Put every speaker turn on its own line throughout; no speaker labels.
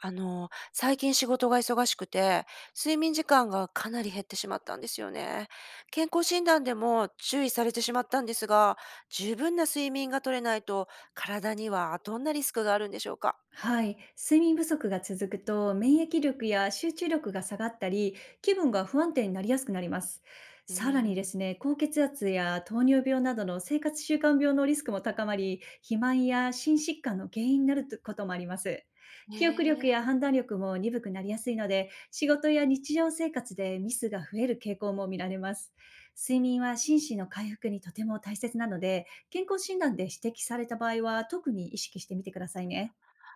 最近仕事が忙しくて、睡眠時間がかなり減ってしまったんですよね。健康診断でも注意されてしまったんですが、十分な睡眠が取れないと体にはどんなリスクがあるんでしょうか？
はい、睡眠不足が続くと免疫力や集中力が下がったり、気分が不安定になりやすくなります。
うー
さらにで
ん。
すね、高血圧や糖尿病などの生活習慣病のリスクも高まり、肥満や心疾患の原因になることもあります。
ね
記憶力
え、
や判断力も鈍くなりやすいので、仕事や日常生活でミスが増える傾向も見られます。睡眠は心身の回復にとても大切なので、健康診断で指摘された場合は特に意識してみてくださいね。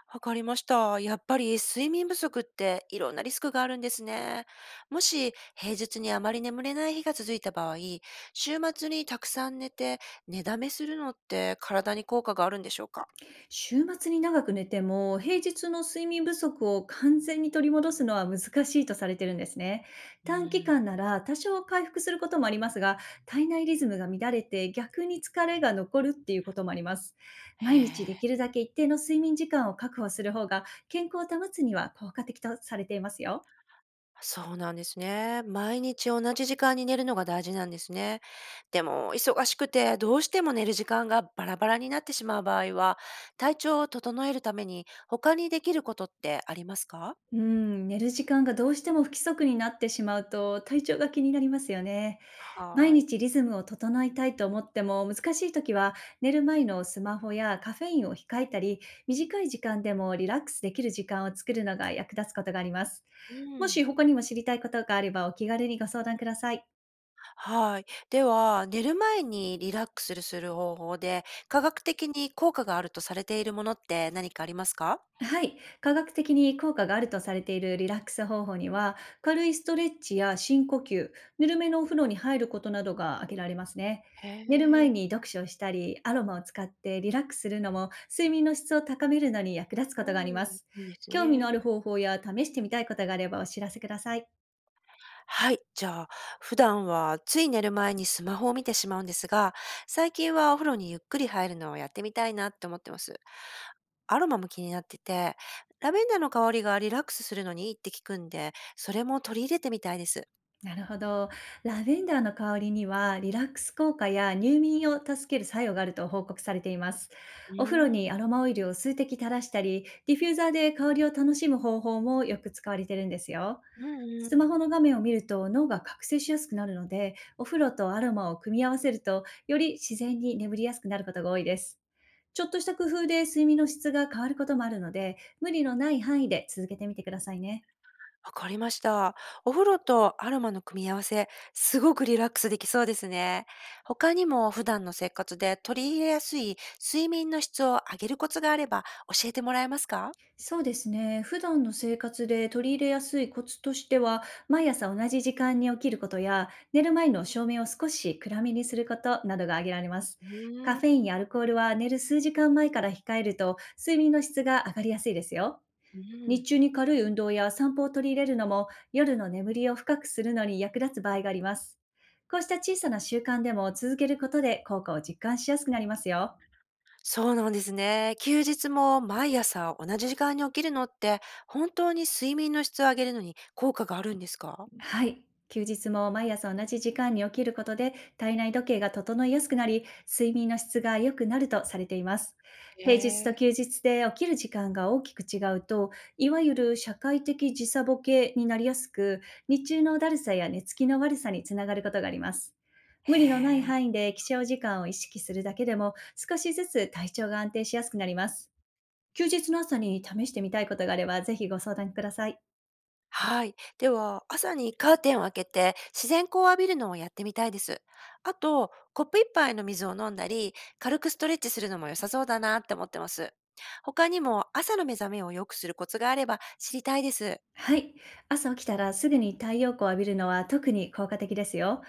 わかりました。やっぱり睡眠不足っていろんなリスクがあるんですね。もし平日にあまり眠れない日が続いた場合、週末にたくさん寝て寝だめするのって体に効果があるんでしょうか？
週末に長く寝ても、平日の睡眠不足を完全に取り戻すのは難しいとされてるんですね。
う
短期
ー
間
ん。
なら多少回復することもありますが、体内リズムが乱れて逆に疲れが残るっていうこともあります。
へ
毎日で
え、
きるだけ一定の睡眠時間を確保する方が、健康を保つには効果的とされていますよ。
そうなんですね。毎日同じ時間に寝るのが大事なんですね。でも、忙しくてどうしても寝る時間がバラバラになってしまう場合は、体調を整えるために他にできることってありますか？
うん、寝る時間がどうしても不規則になってしまうと体調が気になりますよね。毎
はい。
日リズムを整えたいと思っても難しい時は、寝る前のスマホやカフェインを控えたり、短い時間でもリラックスできる時間を作るのが役立つことがあります。
う
もし
ん。
他にも知りたいことがあれば、お気軽にご相談ください。
はい。では、寝る前にリラックスする方法で、科学的に効果があるとされているものって何かありますか？
はい、科学的に効果があるとされているリラックス方法には、軽いストレッチや深呼吸、ぬるめのお風呂に入ることなどが挙げられますね。
へ
寝る前
え。
に読書をしたり、アロマを使ってリラックスするのも、睡眠の質を高めるのに役立つこ
う
とがあり
ん、い
ます。
いです
興味の
ね。
ある方法や試してみたいことがあればお知らせください。
はい。じゃあ、普段はつい寝る前にスマホを見てしまうんですが、最近はお風呂にゆっくり入るのをやってみたいなって思ってます。アロマも気になってて、ラベンダーの香りがリラックスするのにいいって聞くんで、それも取り入れてみたいです。
なるほど。ラベンダーの香りにはリラックス効果や入眠を助ける作用があると報告されています。
う
お風呂
ー
に
ん。
アロマオイルを数滴垂らしたり、ディフューザーで香りを楽しむ方法もよく使われてるんですよ。
うんう
スマホ
ん。
の画面を見ると脳が覚醒しやすくなるので、お風呂とアロマを組み合わせると、より自然に眠りやすくなることが多いです。ちょっとした工夫で睡眠の質が変わることもあるので、無理のない範囲で続けてみてくださいね。
わかりました。お風呂とアロマの組み合わせ、すごくリラックスできそうですね。他にも普段の生活で取り入れやすい睡眠の質を上げるコツがあれば教えてもらえますか？
そうですね。普段の生活で取り入れやすいコツとしては、毎朝同じ時間に起きることや、寝る前の照明を少し暗めにすることなどが挙げられます。
う
カ
ー
フェイン
ん。
やアルコールは寝る数時間前から控えると、睡眠の質が上がりやすいですよ。
う
日
ん。
中に軽い運動や散歩を取り入れるのも、夜の眠りを深くするのに役立つ場合があります。こうした小さな習慣でも続けることで、効果を実感しやすくなりますよ。
そうなんですね。休日も毎朝同じ時間に起きるのって、本当に睡眠の質を上げるのに効果があるんですか？
はい。休日も毎朝同じ時間に起きることで、体内時計が整いやすくなり、睡眠の質が良くなるとされています。
へ
平日と
え。
休日で起きる時間が大きく違うと、いわゆる社会的時差ボケになりやすく、日中のだるさや寝つきの悪さにつながることがあります。
へ
無理のない範
え、
囲で起床時間を意識するだけでも、少しずつ体調が安定しやすくなります。休日の朝に試してみたいことがあれば、ぜひご相談ください。
はい。では、朝にカーテンを開けて自然光を浴びるのをやってみたいです。あと、コップ一杯の水を飲んだり、軽くストレッチするのも良さそうだなって思ってます。他にも朝の目覚めを良くするコツがあれば知りたいです。
はい。朝起きたらすぐに太陽光を浴びるのは特に効果的ですよ。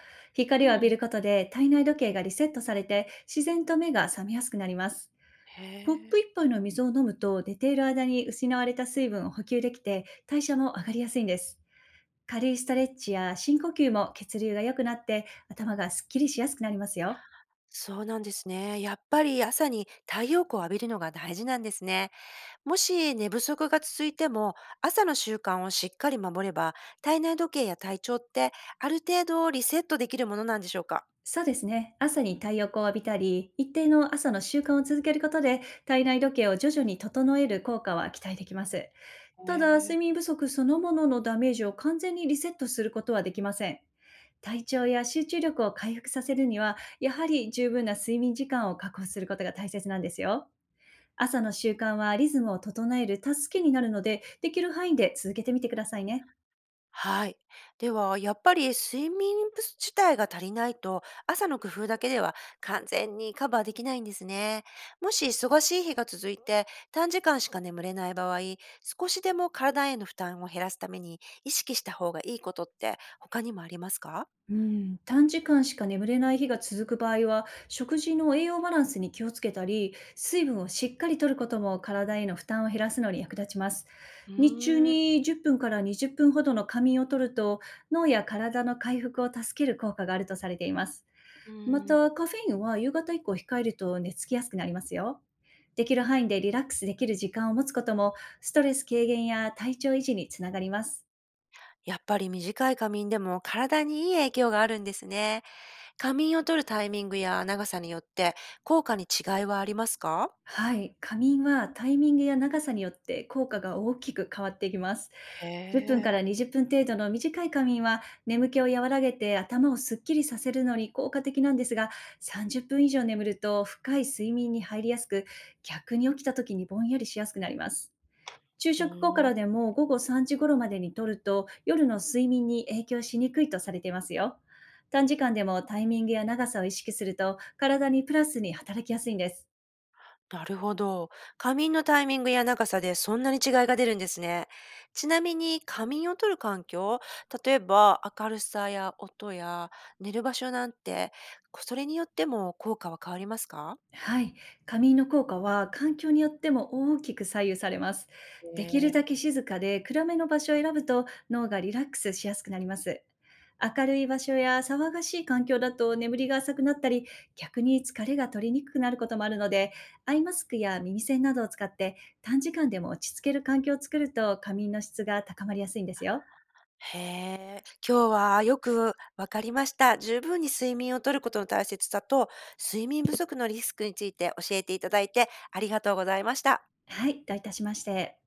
う
光を浴び
ん。
ることで体内時計がリセットされて、自然と目が覚めやすくなります。
へ
コップ
え。
一杯の水を飲むと、寝ている間に失われた水分を補給できて、代謝も上がりやすいんです。軽いストレッチや深呼吸も、血流が良くなって頭がすっきりしやすくなりますよ。
そうなんですね。やっぱり朝に太陽光を浴びるのが大事なんですね。もし寝不足が続いても、朝の習慣をしっかり守れば、体内時計や体調ってある程度リセットできるものなんでしょうか。
そうですね。朝に太陽光を浴びたり、一定の朝の習慣を続けることで、体内時計を徐々に整える効果は期待できます。
へ
ただ、睡
え。
眠不足そのもののダメージを完全にリセットすることはできません。体調や集中力を回復させるには、やはり十分な睡眠時間を確保することが大切なんですよ。朝の習慣はリズムを整える助けになるので、できる範囲で続けてみてくださいね。
はい。では、やっぱり睡眠不足自体が足りないと、朝の工夫だけでは完全にカバーできないんですね。もし忙しい日が続いて、短時間しか眠れない場合、少しでも体への負担を減らすために意識した方がいいことって他にもありますか？
うん、短時間しか眠れない日が続く場合は、食事の栄養バランスに気をつけたり、水分をしっかりとることも体への負担を減らすのに役立ちます。
うー
日中
ん。う
に10分から20分ほどの仮眠をとると、脳や体の回復を助ける効果があるとされています。
ー
また、
ん。
カフェインは夕方以降控えると寝つきやすくなりますよ。できる範囲でリラックスできる時間を持つことも、ストレス軽減や体調維持につながります。
やっぱり短い仮眠でも体にいい影響があるんですね。仮眠を取るタイミングや長さによって効果に違いはありますか？
はい、仮眠はタイミングや長さによって効果が大きく変わっていきます。
へ
10分か
え。
ら20分程度の短い仮眠は眠気を和らげて頭をすっきりさせるのに効果的なんですが、30分以上眠ると深い睡眠に入りやすく、逆に起きた時にぼんやりしやすくなります。昼
う
食後か
ー
らで
ん。
も午後3時頃までにとると、夜の睡眠に影響しにくいとされていますよ。短時間でもタイミングや長さを意識すると、体にプラスに働きやすいんです。
なるほど。仮眠のタイミングや長さでそんなに違いが出るんですね。ちなみに仮眠をとる環境、例えば明るさや音や寝る場所なんて、それによっても効果は変わりますか？
はい、仮眠の効果は環境によっても大きく左右されます。できるだ
ね。
け静かで暗めの場所を選ぶと、脳がリラックスしやすくなります。明るい場所や騒がしい環境だと眠りが浅くなったり、逆に疲れが取りにくくなることもあるので、アイマスクや耳栓などを使って短時間でも落ち着ける環境を作ると、仮眠の質が高まりやすいんですよ。
へえ。今日はよくわかりました。十分に睡眠をとることの大切さと、睡眠不足のリスクについて教えていただいてありがとうございました。
はい、どういたしまして。